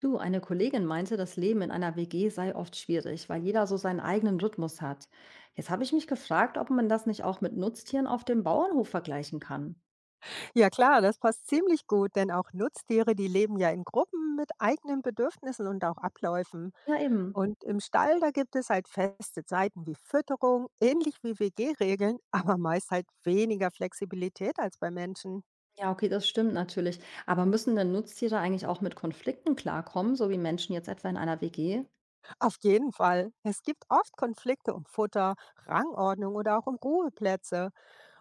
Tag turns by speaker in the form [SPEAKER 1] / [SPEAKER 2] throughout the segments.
[SPEAKER 1] Du, eine Kollegin meinte, das Leben in einer WG sei oft schwierig, weil jeder so seinen eigenen Rhythmus hat. Jetzt habe ich mich gefragt, ob man das nicht auch mit Nutztieren auf dem Bauernhof vergleichen kann.
[SPEAKER 2] Ja klar, das passt ziemlich gut, denn auch Nutztiere, die leben ja in Gruppen mit eigenen Bedürfnissen und auch Abläufen.
[SPEAKER 1] Ja, eben.
[SPEAKER 2] Und im Stall, da gibt es halt feste Zeiten wie Fütterung, ähnlich wie WG-Regeln, aber meist halt weniger Flexibilität als bei Menschen.
[SPEAKER 1] Ja, okay, das stimmt natürlich. Aber müssen denn Nutztiere eigentlich auch mit Konflikten klarkommen, so wie Menschen jetzt etwa in einer WG?
[SPEAKER 2] Auf jeden Fall. Es gibt oft Konflikte um Futter, Rangordnung oder auch um Ruheplätze.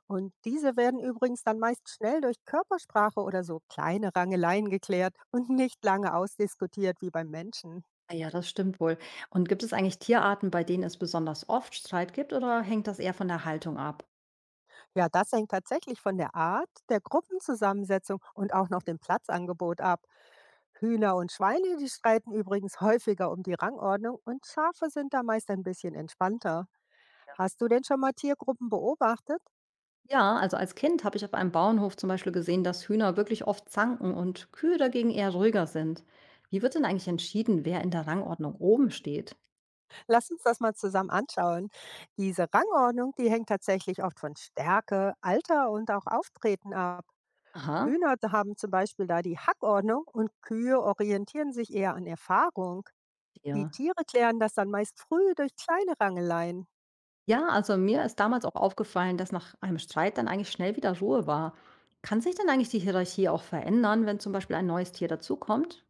[SPEAKER 2] Und diese werden übrigens dann meist schnell durch Körpersprache oder so kleine Rangeleien geklärt und nicht lange ausdiskutiert wie beim Menschen.
[SPEAKER 1] Ah ja, das stimmt wohl. Und gibt es eigentlich Tierarten, bei denen es besonders oft Streit gibt, oder hängt das eher von der Haltung ab?
[SPEAKER 2] Ja, das hängt tatsächlich von der Art, der Gruppenzusammensetzung und auch noch dem Platzangebot ab. Hühner und Schweine, die streiten übrigens häufiger um die Rangordnung und Schafe sind da meist ein bisschen entspannter. Hast du denn schon mal Tiergruppen beobachtet?
[SPEAKER 1] Ja, also als Kind habe ich auf einem Bauernhof zum Beispiel gesehen, dass Hühner wirklich oft zanken und Kühe dagegen eher ruhiger sind. Wie wird denn eigentlich entschieden, wer in der Rangordnung oben steht?
[SPEAKER 2] Lass uns das mal zusammen anschauen. Diese Rangordnung, die hängt tatsächlich oft von Stärke, Alter und auch Auftreten ab.
[SPEAKER 1] Aha,
[SPEAKER 2] Hühner haben zum Beispiel da die Hackordnung und Kühe orientieren sich eher an Erfahrung. Die
[SPEAKER 1] ja.
[SPEAKER 2] Tiere klären das dann meist früh durch kleine Rangeleien.
[SPEAKER 1] Ja, also mir ist damals auch aufgefallen, dass nach einem Streit dann eigentlich schnell wieder Ruhe war. Kann sich dann eigentlich die Hierarchie auch verändern, wenn zum Beispiel ein neues Tier dazukommt?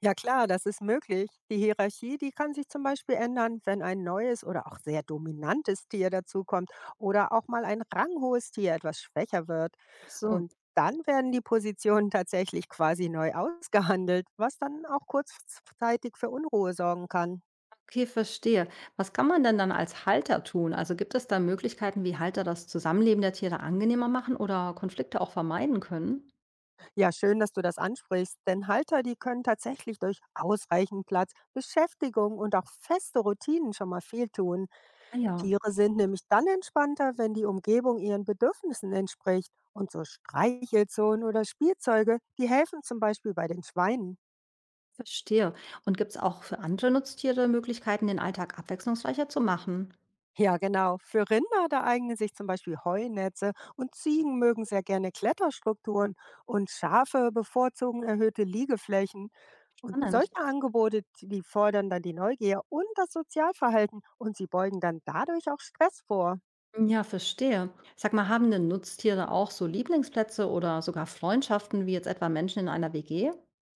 [SPEAKER 2] Ja klar, das ist möglich. Die Hierarchie, die kann sich zum Beispiel ändern, wenn ein neues oder auch sehr dominantes Tier dazukommt oder auch mal ein ranghohes Tier etwas schwächer wird.
[SPEAKER 1] Ach so,
[SPEAKER 2] Und dann werden die Positionen tatsächlich quasi neu ausgehandelt, was dann auch kurzzeitig für Unruhe sorgen kann.
[SPEAKER 1] okay, verstehe. Was kann man denn dann als Halter tun? Also gibt es da Möglichkeiten, wie Halter das Zusammenleben der Tiere angenehmer machen oder Konflikte auch vermeiden können?
[SPEAKER 2] Ja, schön, dass du das ansprichst, denn Halter, die können tatsächlich durch ausreichend Platz, Beschäftigung und auch feste Routinen schon mal viel tun.
[SPEAKER 1] Ah ja.
[SPEAKER 2] Tiere sind nämlich dann entspannter, wenn die Umgebung ihren Bedürfnissen entspricht. Und so Streichelzonen oder Spielzeuge, die helfen zum Beispiel bei den Schweinen.
[SPEAKER 1] Verstehe. Und gibt es auch für andere Nutztiere Möglichkeiten, den Alltag abwechslungsreicher zu machen?
[SPEAKER 2] Ja, genau. Für Rinder, da eignen sich zum Beispiel Heunetze und Ziegen mögen sehr gerne Kletterstrukturen und Schafe bevorzugen erhöhte Liegeflächen. Und
[SPEAKER 1] Spannend.
[SPEAKER 2] solche Angebote, die fordern dann die Neugier und das Sozialverhalten und sie beugen dann dadurch auch Stress vor.
[SPEAKER 1] Ja, verstehe. Sag mal, haben denn Nutztiere auch so Lieblingsplätze oder sogar Freundschaften wie jetzt etwa Menschen in einer WG?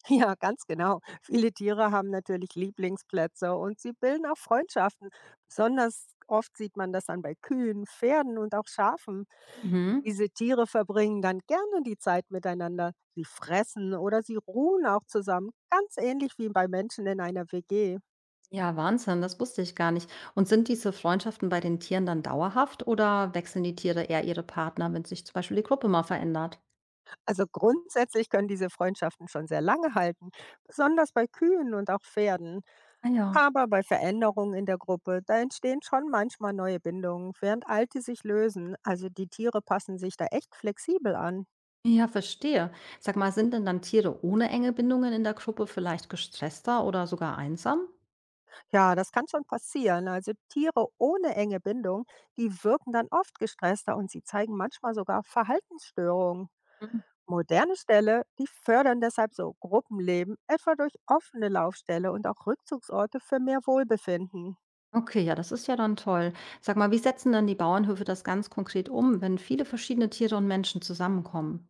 [SPEAKER 2] Ja, ganz genau. Viele Tiere haben natürlich Lieblingsplätze und sie bilden auch Freundschaften. Besonders oft sieht man das dann bei Kühen, Pferden und auch Schafen.
[SPEAKER 1] Mhm.
[SPEAKER 2] Diese Tiere verbringen dann gerne die Zeit miteinander. Sie fressen oder sie ruhen auch zusammen, ganz ähnlich wie bei Menschen in einer WG.
[SPEAKER 1] Ja, Wahnsinn, das wusste ich gar nicht. Und sind diese Freundschaften bei den Tieren dann dauerhaft oder wechseln die Tiere eher ihre Partner, wenn sich zum Beispiel die Gruppe mal verändert?
[SPEAKER 2] Also grundsätzlich können diese Freundschaften schon sehr lange halten, besonders bei Kühen und auch Pferden.
[SPEAKER 1] Ah ja.
[SPEAKER 2] Aber bei Veränderungen in der Gruppe, da entstehen schon manchmal neue Bindungen, während alte sich lösen. Also die Tiere passen sich da echt flexibel an.
[SPEAKER 1] Ja, verstehe. Sag mal, sind denn dann Tiere ohne enge Bindungen in der Gruppe vielleicht gestresster oder sogar einsam?
[SPEAKER 2] Ja, das kann schon passieren. Also Tiere ohne enge Bindung, die wirken dann oft gestresster und sie zeigen manchmal sogar Verhaltensstörungen. Moderne Ställe, die fördern deshalb so Gruppenleben, etwa durch offene Laufställe und auch Rückzugsorte für mehr Wohlbefinden.
[SPEAKER 1] Okay, ja, das ist ja dann toll. Sag mal, wie setzen denn die Bauernhöfe das ganz konkret um, wenn viele verschiedene Tiere und Menschen zusammenkommen?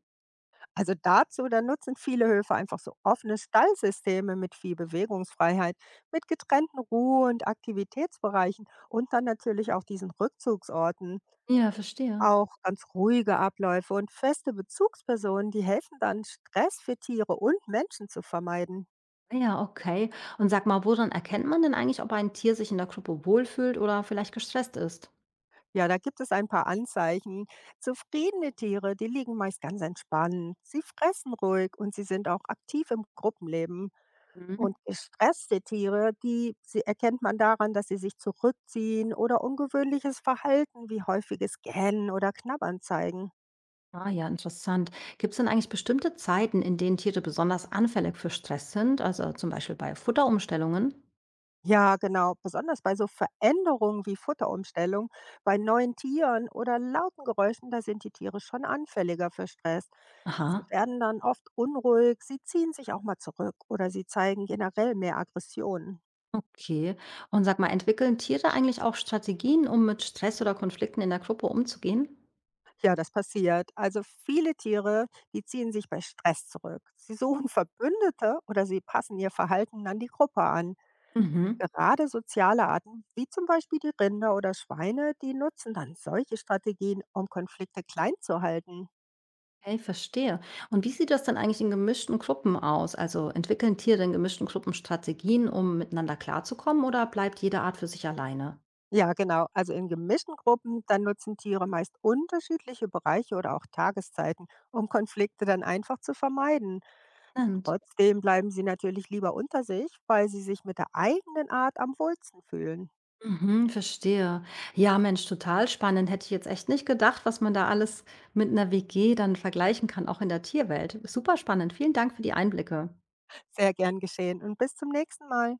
[SPEAKER 2] Also dazu, da nutzen viele Höfe einfach so offene Stallsysteme mit viel Bewegungsfreiheit, mit getrennten Ruhe- und Aktivitätsbereichen und dann natürlich auch diesen Rückzugsorten.
[SPEAKER 1] Ja, verstehe.
[SPEAKER 2] Auch ganz ruhige Abläufe und feste Bezugspersonen, die helfen dann, Stress für Tiere und Menschen zu vermeiden.
[SPEAKER 1] Ah ja, okay. Und sag mal, woran erkennt man denn eigentlich, ob ein Tier sich in der Gruppe wohlfühlt oder vielleicht gestresst ist?
[SPEAKER 2] Ja, da gibt es ein paar Anzeichen. Zufriedene Tiere, die liegen meist ganz entspannt. Sie fressen ruhig und sie sind auch aktiv im Gruppenleben.
[SPEAKER 1] Mhm.
[SPEAKER 2] Und gestresste Tiere, die sie erkennt man daran, dass sie sich zurückziehen oder ungewöhnliches Verhalten wie häufiges Gähnen oder Knabbern zeigen.
[SPEAKER 1] Ah ja, interessant. Gibt es denn eigentlich bestimmte Zeiten, in denen Tiere besonders anfällig für Stress sind? Also zum Beispiel bei Futterumstellungen?
[SPEAKER 2] Ja, genau. Besonders bei so Veränderungen wie Futterumstellung, bei neuen Tieren oder lauten Geräuschen, da sind die Tiere schon anfälliger für Stress. Sie
[SPEAKER 1] Aha,
[SPEAKER 2] werden dann oft unruhig, sie ziehen sich auch mal zurück oder sie zeigen generell mehr Aggressionen.
[SPEAKER 1] okay. Und sag mal, entwickeln Tiere eigentlich auch Strategien, um mit Stress oder Konflikten in der Gruppe umzugehen?
[SPEAKER 2] Ja, das passiert. Also viele Tiere, die ziehen sich bei Stress zurück. Sie suchen Verbündete oder sie passen ihr Verhalten an die Gruppe an.
[SPEAKER 1] Mhm.
[SPEAKER 2] Gerade soziale Arten, wie zum Beispiel die Rinder oder Schweine, die nutzen dann solche Strategien, um Konflikte klein zu halten.
[SPEAKER 1] Hey, verstehe. Und wie sieht das denn eigentlich in gemischten Gruppen aus? Also entwickeln Tiere in gemischten Gruppen Strategien, um miteinander klarzukommen oder bleibt jede Art für sich alleine?
[SPEAKER 2] Ja, genau. Also in gemischten Gruppen, dann nutzen Tiere meist unterschiedliche Bereiche oder auch Tageszeiten, um Konflikte dann einfach zu vermeiden.
[SPEAKER 1] Spannend.
[SPEAKER 2] Trotzdem bleiben sie natürlich lieber unter sich, weil sie sich mit der eigenen Art am wohlsten fühlen.
[SPEAKER 1] Mhm, verstehe. Ja, Mensch, total spannend. Hätte ich jetzt echt nicht gedacht, was man da alles mit einer WG dann vergleichen kann, auch in der Tierwelt. Super spannend. Vielen Dank für die Einblicke.
[SPEAKER 2] Sehr gern geschehen und bis zum nächsten Mal.